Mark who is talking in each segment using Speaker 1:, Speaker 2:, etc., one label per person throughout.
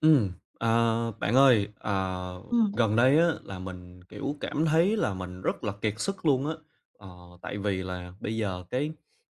Speaker 1: Ừm, à, Bạn ơi,
Speaker 2: Ừm.
Speaker 1: gần đây á là mình, kiểu, cảm thấy là mình rất là kiệt sức luôn á. Ờ, Tại vì là bây giờ cái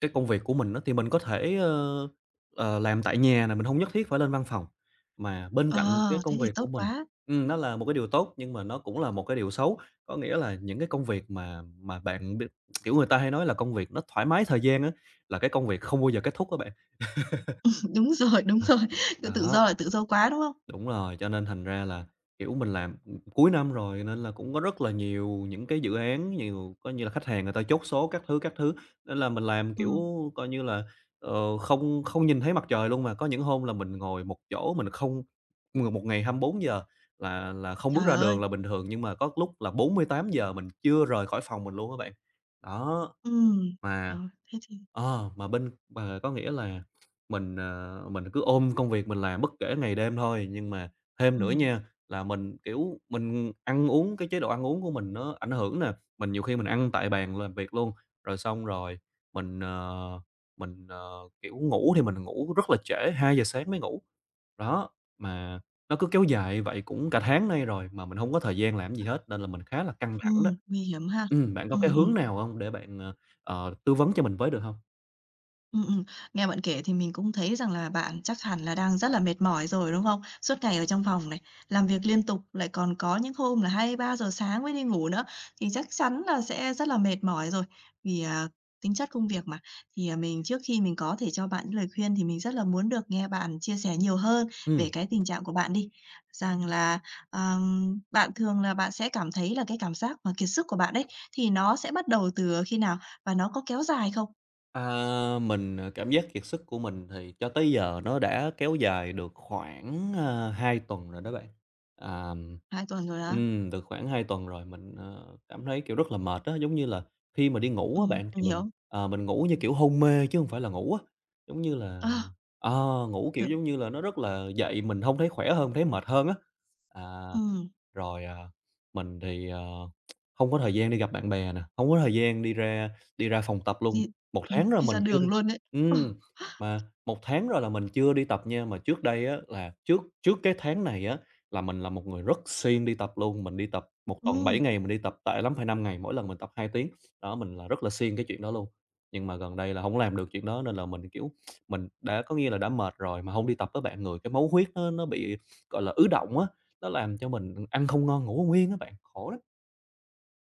Speaker 1: cái công việc của mình á thì mình có thể, làm tại nhà này mình không nhất thiết phải lên văn phòng. Mà bên cạnh cái
Speaker 2: ờ, Thế
Speaker 1: công
Speaker 2: thì
Speaker 1: việc của
Speaker 2: tốt
Speaker 1: mình,
Speaker 2: quá.
Speaker 1: nó là một cái điều tốt nhưng mà nó cũng là một cái điều xấu. Có nghĩa là những cái công việc mà bạn biết, kiểu, người ta hay nói là công việc nó thoải mái thời gian á, là cái công việc không bao giờ kết thúc á bạn.
Speaker 2: Đúng
Speaker 1: Ờ,
Speaker 2: rồi, sự tự
Speaker 1: Đó.
Speaker 2: do là tự do quá, đúng không?
Speaker 1: Đúng rồi, cho nên thành ra là, kiểu, mình làm, cuối năm rồi nên là cũng có rất là nhiều những cái dự án, nhiều coi như là khách hàng người ta chốt số các thứ, nên là mình làm, kiểu,
Speaker 2: Ừm,
Speaker 1: coi như là, không không nhìn thấy mặt trời luôn. Mà có những hôm là mình ngồi một chỗ mình không một ngày 24 giờ là không bước
Speaker 2: trời
Speaker 1: ra đường
Speaker 2: ơi.
Speaker 1: là bình thường, nhưng mà có lúc là 48 giờ mình chưa rời khỏi phòng mình luôn các bạn. Đó,
Speaker 2: Ừm,
Speaker 1: mà
Speaker 2: rồi. Thế thì
Speaker 1: mà có nghĩa là mình cứ ôm công việc mình làm bất kể ngày đêm thôi, nhưng mà thêm nữa
Speaker 2: ừm,
Speaker 1: nha, là mình ăn uống cái chế độ ăn uống của mình nó ảnh hưởng nè, nhiều khi mình ăn tại bàn làm việc luôn, rồi xong rồi mình, ờ, mình, ờ, kiểu, ngủ thì mình ngủ rất là trễ, 2 giờ sáng mới ngủ. Đó, mà nó cứ kéo dài vậy cũng cả tháng nay rồi mà mình hông có thời gian làm cái gì hết nên là mình khá là căng thẳng đó.
Speaker 2: Nguy hiểm ha.
Speaker 1: Bạn có cái
Speaker 2: Ừm, ừm.
Speaker 1: hướng nào hông để bạn, tư vấn cho mình với được hông?
Speaker 2: Ừm, ừm. Nghe bạn kể thì mình cũng thấy rằng là bạn chắc hẳn là đang rất là mệt mỏi rồi, đúng không? Suốt ngày ở trong phòng này, làm việc liên tục, lại còn có những hôm là 2 đến 3 giờ sáng mới đi ngủ nữa, thì chắc chắn là sẽ rất là mệt mỏi rồi. Vì, tính chất công việc mà, thì, mình trước khi mình có thể cho bạn những lời khuyên thì mình rất là muốn được nghe bạn chia sẻ nhiều hơn về
Speaker 1: Ừm.
Speaker 2: cái tình trạng của bạn đi. Rằng là, bạn thường là bạn sẽ cảm thấy là cái cảm giác mà kiệt sức của bạn ấy, thì nó sẽ bắt đầu từ khi nào? Và nó có kéo dài không?
Speaker 1: Cảm giác kiệt sức của mình thì cho tới giờ nó đã kéo dài được khoảng, 2 tuần rồi đó bạn. À,
Speaker 2: 2 tuần rồi đó.
Speaker 1: Được khoảng 2 tuần rồi mình, cảm thấy, kiểu, rất là mệt á, giống như là khi mà đi ngủ á bạn
Speaker 2: Mình
Speaker 1: thì mình,
Speaker 2: hiểu.
Speaker 1: ờ, mình ngủ như kiểu hôn mê chứ không phải là ngủ á. Giống như là
Speaker 2: À,
Speaker 1: ngủ, kiểu,
Speaker 2: kiểu
Speaker 1: giống như là, nó rất là dậy mình không thấy khỏe hơn, thấy mệt hơn á. À.
Speaker 2: ừm,
Speaker 1: Rồi, mình thì, hông có thời gian đi gặp bạn bè nè, không có thời gian đi ra phòng tập luôn.
Speaker 2: đi
Speaker 1: Một tháng rồi
Speaker 2: đi
Speaker 1: mình
Speaker 2: ra
Speaker 1: chưa đi
Speaker 2: đường luôn đấy. Ờ,
Speaker 1: ừm, mà một tháng rồi là mình chưa đi tập nha, mà trước đây á là trước trước cái tháng này á là mình là một người rất siêng đi tập luôn, mình đi tập một tuần 7
Speaker 2: ừm.
Speaker 1: ngày, mình đi tập tệ lắm phải 5 ngày, mỗi lần mình tập 2 tiếng. Đó, mình là rất là siêng cái chuyện đó luôn. Nhưng mà gần đây là không làm được chuyện đó nên là mình, kiểu, mình đã, có nghĩa là đã mệt rồi mà không đi tập với bạn, người cái máu huyết nó bị, gọi là, ứ đọng á. Nó làm cho mình ăn không ngon, ngủ không yên á bạn, khổ lắm.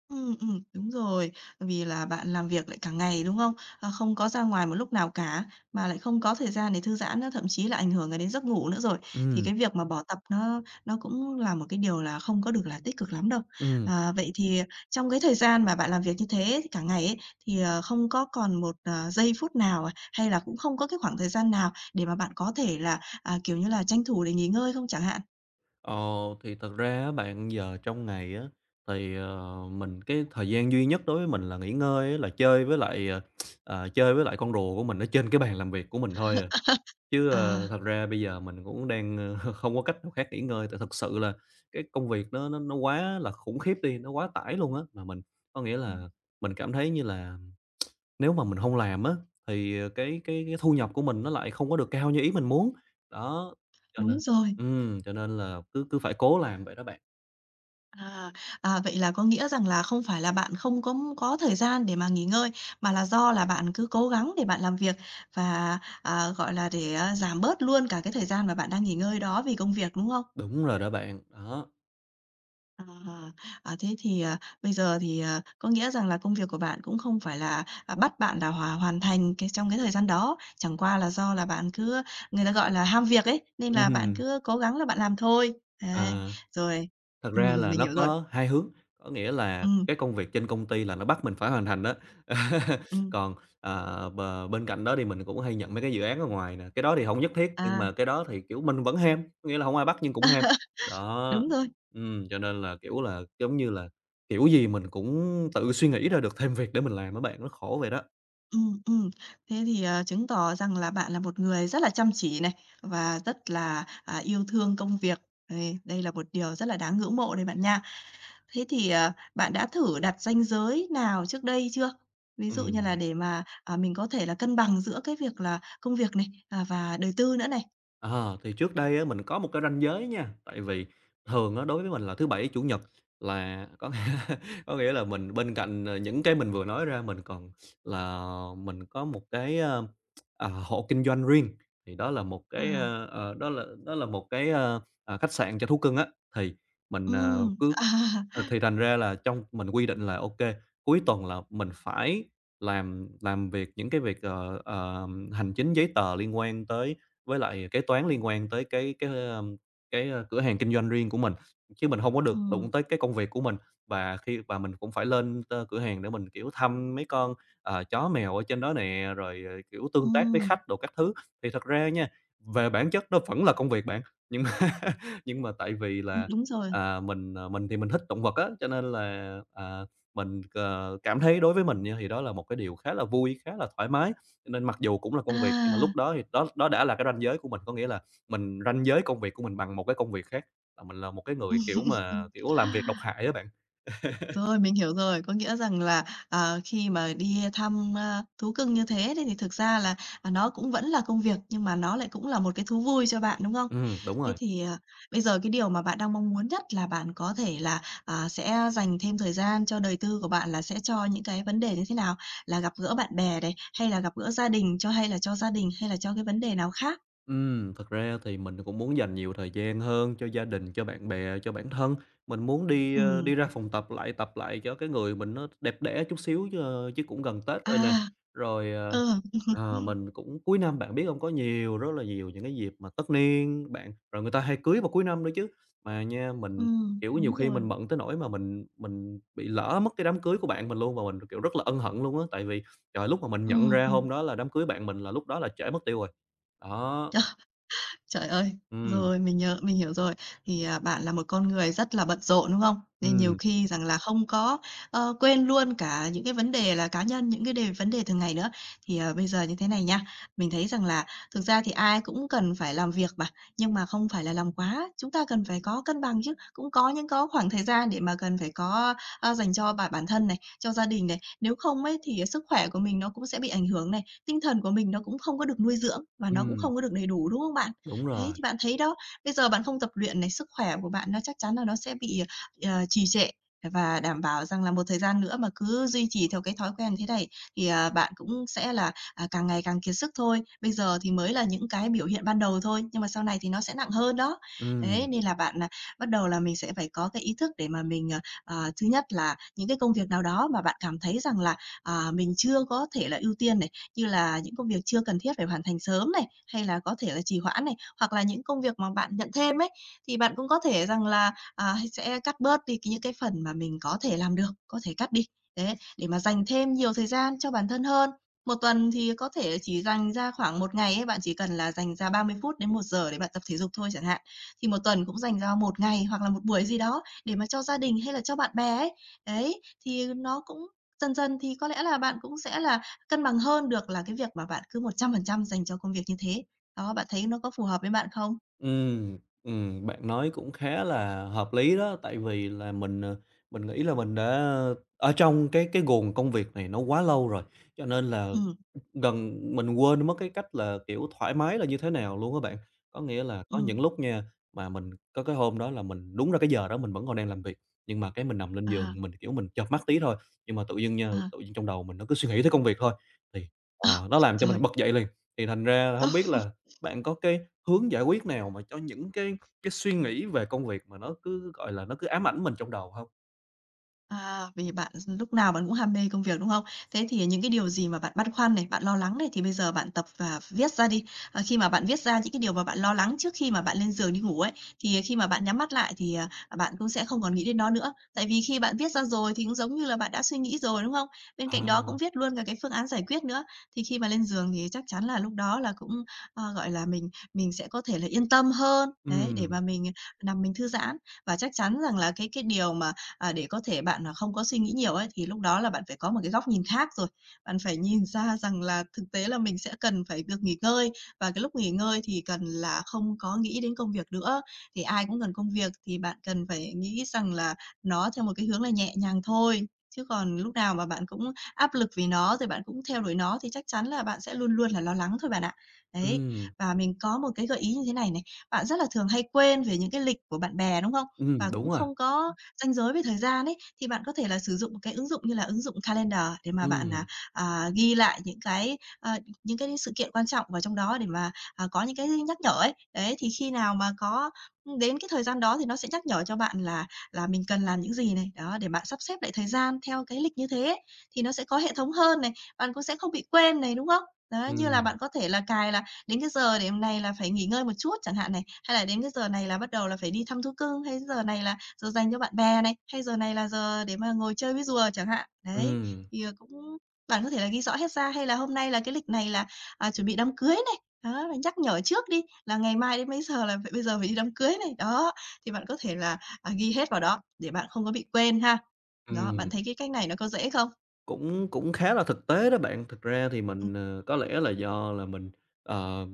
Speaker 2: Ừ, đúng rồi. Vì là bạn làm việc lại cả ngày, đúng không? Không có ra ngoài một lúc nào cả, mà lại không có thời gian để thư giãn nữa, thậm chí là ảnh hưởng đến giấc ngủ nữa rồi. Thì
Speaker 1: Ừm,
Speaker 2: cái việc mà bỏ tập nó cũng là một cái điều là không có được là tích cực lắm đâu.
Speaker 1: ừm.
Speaker 2: À, vậy thì trong cái thời gian mà bạn làm việc như thế cả ngày ấy, thì, không có còn một, giây phút nào, hay là cũng không có cái khoảng thời gian nào để mà bạn có thể là, kiểu như là, tranh thủ để nghỉ ngơi không chẳng hạn?
Speaker 1: Ờ, thì thật ra á bạn, giờ trong ngày á, thì, mình cái thời gian duy nhất đối với mình là nghỉ ngơi á, là chơi với lại con rùa của mình ở trên cái bàn làm việc của mình thôi à. Chứ,
Speaker 2: À,
Speaker 1: thật ra bây giờ mình cũng đang, không có cách nào khác nghỉ ngơi, tại thật sự là cái công việc nó quá là khủng khiếp đi, nó quá tải luôn á, mà mình có nghĩa là mình cảm thấy như là nếu mà mình không làm á, thì, cái thu nhập của mình nó lại không có được cao như ý mình muốn. Đó, cho nên
Speaker 2: đúng rồi.
Speaker 1: cho nên là cứ cứ phải cố làm vậy đó bạn.
Speaker 2: À, vậy là có nghĩa rằng là không phải là bạn không có thời gian để mà nghỉ ngơi, mà là do là bạn cứ cố gắng để bạn làm việc và, gọi là, để, giảm bớt luôn cả cái thời gian mà bạn đang nghỉ ngơi đó vì công việc, đúng không?
Speaker 1: Đúng rồi đó bạn, đó.
Speaker 2: À, thế thì, bây giờ thì, có nghĩa rằng là công việc của bạn cũng không phải là, bắt bạn là hoàn thành cái trong cái thời gian đó, chẳng qua là do là bạn cứ người ta gọi là ham việc ấy, nên là bạn
Speaker 1: Ừm,
Speaker 2: cứ cố gắng là bạn làm thôi. Đấy.
Speaker 1: à.
Speaker 2: Rồi,
Speaker 1: Thật ra là
Speaker 2: mình
Speaker 1: nó
Speaker 2: hiểu rồi.
Speaker 1: có hai hướng, có nghĩa là
Speaker 2: Ừm,
Speaker 1: cái công việc trên công ty là nó bắt mình phải hoàn thành đó.
Speaker 2: ừm,
Speaker 1: Còn, bên cạnh đó thì mình cũng hay nhận mấy cái dự án ở ngoài nè, cái đó thì không nhất thiết, nhưng
Speaker 2: à.
Speaker 1: mà cái đó thì, kiểu, mình vẫn ham, có nghĩa là không ai bắt nhưng cũng ham. Đó,
Speaker 2: Đúng rồi.
Speaker 1: cho nên là, kiểu là, giống như là, kiểu gì mình cũng tự suy nghĩ ra được thêm việc để mình làm á bạn, nó khổ vậy đó.
Speaker 2: Ừm, ừm. Thế thì, chứng tỏ rằng là bạn là một người rất là chăm chỉ này, và rất là, yêu thương công việc. Đây là một điều rất là đáng ngưỡng mộ đây bạn nha. Thế thì, bạn đã thử đặt ranh giới nào trước đây chưa? Ví dụ như là
Speaker 1: Ừm.
Speaker 2: để mà, mình có thể là cân bằng giữa cái việc là công việc này, và đời tư nữa này.
Speaker 1: Ờ, thì trước đây á, mình có một cái ranh giới nha, tại vì thường á, đối với mình là thứ Bảy, Chủ nhật là có, có nghĩa là mình bên cạnh, những cái mình vừa nói ra mình còn là mình có một cái, hộ kinh doanh riêng, thì đó là một cái,
Speaker 2: À,
Speaker 1: đó là một cái, khách sạn cho thú cưng á. Thì mình, ờ,
Speaker 2: ừm.
Speaker 1: cứ
Speaker 2: À,
Speaker 1: ờ, Thì thành ra là trong mình quy định là ok cuối tuần là mình phải làm việc những cái việc, hành chính giấy tờ liên quan tới với lại kế toán liên quan tới cái cửa hàng kinh doanh riêng của mình, chứ mình hông có được đụng
Speaker 2: ừm,
Speaker 1: tới cái công việc của mình. Và mình cũng phải lên cửa hàng để mình, kiểu, thăm mấy con, chó mèo ở trên đó nè, rồi, kiểu, tương tác với
Speaker 2: ừm,
Speaker 1: khách đồ các thứ. Thì thật ra nha, về bản chất nó vẫn là công việc bạn, nhưng mà nhưng mà tại vì là,
Speaker 2: đúng rồi.
Speaker 1: mình, ờ, mình thì mình thích động vật á, cho nên là, cảm thấy đối với mình nha thì đó là một cái điều khá là vui, khá là thoải mái. Cho nên mặc dù cũng là công việc nhưng mà
Speaker 2: À.
Speaker 1: lúc đó thì đó đó đã là cái ranh giới của mình, có nghĩa là mình ranh giới công việc của mình bằng một cái công việc khác, là mình là một cái người, kiểu mà, kiểu, làm việc độc hại á bạn.
Speaker 2: Rồi, mình hiểu rồi. Có nghĩa rằng là, khi mà đi thăm, thú cưng như thế đấy thì thực ra là, nó cũng vẫn là công việc, nhưng mà nó lại cũng là một cái thú vui cho bạn, đúng không?
Speaker 1: Đúng
Speaker 2: Thế
Speaker 1: rồi.
Speaker 2: thì, bây giờ cái điều mà bạn đang mong muốn nhất là bạn có thể là, sẽ dành thêm thời gian cho đời tư của bạn là sẽ cho những cái vấn đề như thế nào? Là gặp gỡ bạn bè này, hay là gặp gỡ gia đình cho hay là cho gia đình, hay là cho cái vấn đề nào khác?
Speaker 1: Thật ra thì mình cũng muốn dành nhiều thời gian hơn cho gia đình, cho bạn bè, cho bản thân. Mình muốn đi, ơ,
Speaker 2: Ừm.
Speaker 1: đi ra phòng tập lại cho cái người mình nó đẹp đẽ chút xíu chứ cũng gần Tết rồi nè.
Speaker 2: À,
Speaker 1: Rồi, ờ
Speaker 2: ừ.
Speaker 1: Mình cũng cuối năm bạn biết không có nhiều rất là nhiều những cái dịp mà tất niên bạn, rồi người ta hay cưới vào cuối năm nữa chứ. Mà nha, mình, kiểu, nhiều
Speaker 2: Đúng
Speaker 1: khi
Speaker 2: rồi.
Speaker 1: mình bận tới nỗi mà mình bị lỡ mất cái đám cưới của bạn mình luôn, và mình, kiểu, rất là ân hận luôn á. Tại vì, trời, lúc mà mình
Speaker 2: Ừ,
Speaker 1: nhận ra hôm đó là đám cưới bạn mình là lúc đó là trễ mất tiêu rồi. Đó,
Speaker 2: ừm. Trời ơi!
Speaker 1: ừm,
Speaker 2: Rồi, mình hiểu rồi. Thì, bạn là một con người rất là bận rộn, đúng không? Nên nhiều
Speaker 1: ừm,
Speaker 2: khi rằng là không có, quên luôn cả những cái vấn đề là cá nhân, những cái vấn đề thường ngày nữa. Thì, bây giờ như thế này nha, mình thấy rằng là thực ra thì ai cũng cần phải làm việc mà, nhưng mà không phải là làm quá, chúng ta cần phải có cân bằng chứ. Cũng có có khoảng thời gian để mà cần phải có, dành cho bản bản thân này, cho gia đình này. Nếu không ấy thì sức khỏe của mình nó cũng sẽ bị ảnh hưởng này, tinh thần của mình nó cũng không có được nuôi dưỡng và nó cũng
Speaker 1: ừm,
Speaker 2: không có được đầy đủ, đúng không bạn?
Speaker 1: đúng
Speaker 2: Thế
Speaker 1: rồi,
Speaker 2: thì bạn thấy đó, bây giờ bạn không tập luyện này, sức khỏe của bạn nó chắc chắn là nó sẽ bị, trì trệ. Và đảm bảo rằng là một thời gian nữa mà cứ duy trì theo cái thói quen thế này thì, bạn cũng sẽ là, càng ngày càng kiệt sức thôi. Bây giờ thì mới là những cái biểu hiện ban đầu thôi, nhưng mà sau này thì nó sẽ nặng hơn đó.
Speaker 1: ừm.
Speaker 2: Đấy, nên là bạn, bắt đầu là mình sẽ phải có cái ý thức để mà mình, thứ nhất là những cái công việc nào đó mà bạn cảm thấy rằng là mình chưa có thể là ưu tiên này, như là những công việc chưa cần thiết phải hoàn thành sớm này, hay là có thể là trì hoãn này, hoặc là những công việc mà bạn nhận thêm ấy, thì bạn cũng có thể rằng là, sẽ cắt bớt đi những cái phần mà mình có thể làm được, có thể cắt đi, đấy, để mà dành thêm nhiều thời gian cho bản thân hơn. Một tuần thì có thể chỉ dành ra khoảng một ngày ấy, bạn chỉ cần là dành ra 30 phút đến một giờ để bạn tập thể dục thôi chẳng hạn, thì một tuần cũng dành ra một ngày hoặc là một buổi gì đó để mà cho gia đình hay là cho bạn bè ấy. Đấy, thì nó cũng dần dần thì có lẽ là bạn cũng sẽ là cân bằng hơn được là cái việc mà bạn cứ 100% dành cho công việc như thế. Đó, bạn thấy nó có phù hợp với bạn không?
Speaker 1: Bạn nói cũng khá là hợp lý đó, tại vì là mình nghĩ là mình đã, ở trong cái guồng công việc này nó quá lâu rồi, cho nên là
Speaker 2: Ừm,
Speaker 1: gần mình quên mất cái cách là, kiểu, thoải mái là như thế nào luôn á bạn. Có nghĩa là có những
Speaker 2: ừm,
Speaker 1: lúc nha, mà mình có cái hôm đó là mình đúng ra cái giờ đó mình vẫn còn đang làm việc, nhưng mà cái mình nằm lên
Speaker 2: à,
Speaker 1: giường mình, kiểu, mình chợp mắt tí thôi, nhưng mà tự dưng nha,
Speaker 2: à.
Speaker 1: tự dưng trong đầu mình nó cứ suy nghĩ tới công việc thôi, thì,
Speaker 2: À,
Speaker 1: nó làm cho mình
Speaker 2: trời!
Speaker 1: bật dậy liền. Thì thành ra là
Speaker 2: Ừ.
Speaker 1: hông biết là bạn có cái hướng giải quyết nào mà cho những cái suy nghĩ về công việc mà nó cứ, gọi là, nó cứ ám ảnh mình trong đầu không?
Speaker 2: À, vì bạn lúc nào bạn cũng ham mê công việc, đúng không? Thế thì những cái điều gì mà bạn băn khoăn này, bạn lo lắng này thì bây giờ bạn tập và viết ra đi. Ờ, khi mà bạn viết ra những cái điều mà bạn lo lắng trước khi mà bạn lên giường đi ngủ ấy, thì khi mà bạn nhắm mắt lại thì, bạn cũng sẽ không còn nghĩ đến nó nữa. Tại vì khi bạn viết ra rồi thì cũng giống như là bạn đã suy nghĩ rồi, đúng không? Bên
Speaker 1: Ờ,
Speaker 2: cạnh đó cũng viết luôn cả cái phương án giải quyết nữa. Thì khi mà lên giường thì chắc chắn là lúc đó là cũng, gọi là, mình sẽ có thể là yên tâm hơn, đấy, để
Speaker 1: ừm,
Speaker 2: mà mình nằm mình thư giãn. Và chắc chắn rằng là cái điều mà để có thể bạn, không có suy nghĩ nhiều ấy, thì lúc đó là bạn phải có một cái góc nhìn khác rồi. Bạn phải nhìn ra rằng là thực tế là mình sẽ cần phải được nghỉ ngơi và cái lúc nghỉ ngơi thì cần là không có nghĩ đến công việc nữa. Thì ai cũng cần công việc thì bạn cần phải nghĩ rằng là nó theo một cái hướng là nhẹ nhàng thôi, chứ còn lúc nào mà bạn cũng áp lực vì nó, rồi bạn cũng theo đuổi nó thì chắc chắn là bạn sẽ luôn luôn là lo lắng thôi bạn ạ. Đấy,
Speaker 1: ừm,
Speaker 2: và mình có một cái gợi ý như thế này này, bạn rất là thường hay quên về những cái lịch của bạn bè, đúng không? Và
Speaker 1: đúng
Speaker 2: cũng
Speaker 1: rồi,
Speaker 2: không có ranh giới về thời gian ấy, thì bạn có thể là sử dụng một cái ứng dụng như là ứng dụng Calendar để mà bạn,
Speaker 1: ừm,
Speaker 2: ghi lại những cái, những cái sự kiện quan trọng vào trong đó để mà, có những cái nhắc nhở ấy. Đấy, thì khi nào mà có, đến cái thời gian đó thì nó sẽ nhắc nhở cho bạn là mình cần làm những gì này, đó, để bạn sắp xếp lại thời gian theo cái lịch như thế ấy, thì nó sẽ có hệ thống hơn này, bạn cũng sẽ không bị quên này, đúng không? Đó, như là
Speaker 1: ừm,
Speaker 2: bạn có thể là cài là đến cái giờ điểm này là phải nghỉ ngơi một chút chẳng hạn này, hay là đến cái giờ này là bắt đầu là phải đi thăm thú cưng, hay giờ này là giờ dành cho bạn bè này, hay giờ này là giờ để mà ngồi chơi với rùa chẳng hạn. Đấy,
Speaker 1: ừm.
Speaker 2: thì, cũng bạn có thể là ghi rõ hết ra, hay là hôm nay là cái lịch này là, chuẩn bị đám cưới này, đó, là nhắc nhở trước đi, là ngày mai đến mấy giờ là phải bây giờ phải đi đám cưới này. Đó, thì bạn có thể là, ghi hết vào đó để bạn không có bị quên ha. Đó, bạn
Speaker 1: Ừm,
Speaker 2: thấy cái cách này nó có dễ không?
Speaker 1: cũng cũng khá là thực tế đó bạn. Thực ra thì
Speaker 2: Ừm,
Speaker 1: có lẽ là do là ờ,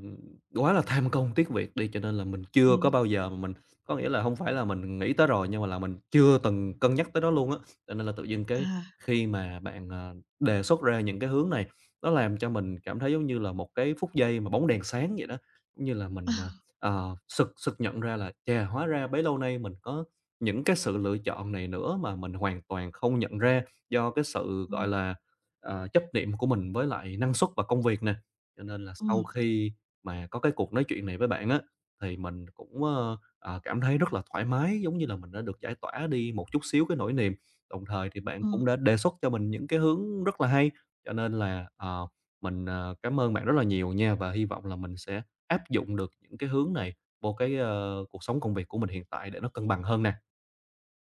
Speaker 1: quá là tham công tiếc việc đi, cho nên là mình chưa
Speaker 2: ừm,
Speaker 1: có bao giờ mà mình, có nghĩa là không phải là mình nghĩ tới rồi, nhưng mà là mình chưa từng cân nhắc tới đó luôn á. Cho nên là tự dưng cái
Speaker 2: à.
Speaker 1: khi mà bạn, đề xuất ra những cái hướng này, nó làm cho mình cảm thấy giống như là một cái phút giây mà bóng đèn sáng vậy đó. Cũng như là sực sực nhận ra là "Chà, hóa ra bấy lâu nay mình có những cái sự lựa chọn này nữa mà mình hoàn toàn không nhận ra." Do cái sự, gọi
Speaker 2: Ừm,
Speaker 1: là, chấp niệm của mình với lại năng suất và công việc nè, cho nên là sau
Speaker 2: ừm,
Speaker 1: khi mà có cái cuộc nói chuyện này với bạn á, thì mình cũng, cảm thấy rất là thoải mái, giống như là mình đã được giải tỏa đi một chút xíu cái nỗi niềm. Đồng thời thì bạn cũng
Speaker 2: ừm.
Speaker 1: đã đề xuất cho mình những cái hướng rất là hay, cho nên là, cảm ơn bạn rất là nhiều nha, và hy vọng là mình sẽ áp dụng được những cái hướng này vô cái, cuộc sống công việc của mình hiện tại để nó cân bằng hơn nè.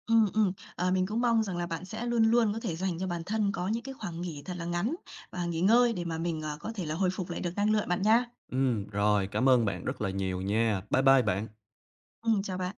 Speaker 2: Ừ. Ờ, mình cũng mong rằng là bạn sẽ luôn luôn có thể dành cho bản thân có những cái khoảng nghỉ thật là ngắn và nghỉ ngơi để mà mình, có thể là hồi phục lại được năng lượng bạn nha.
Speaker 1: Rồi, cảm ơn bạn rất là nhiều nha. Bye bye bạn.
Speaker 2: Ừ, chào bạn.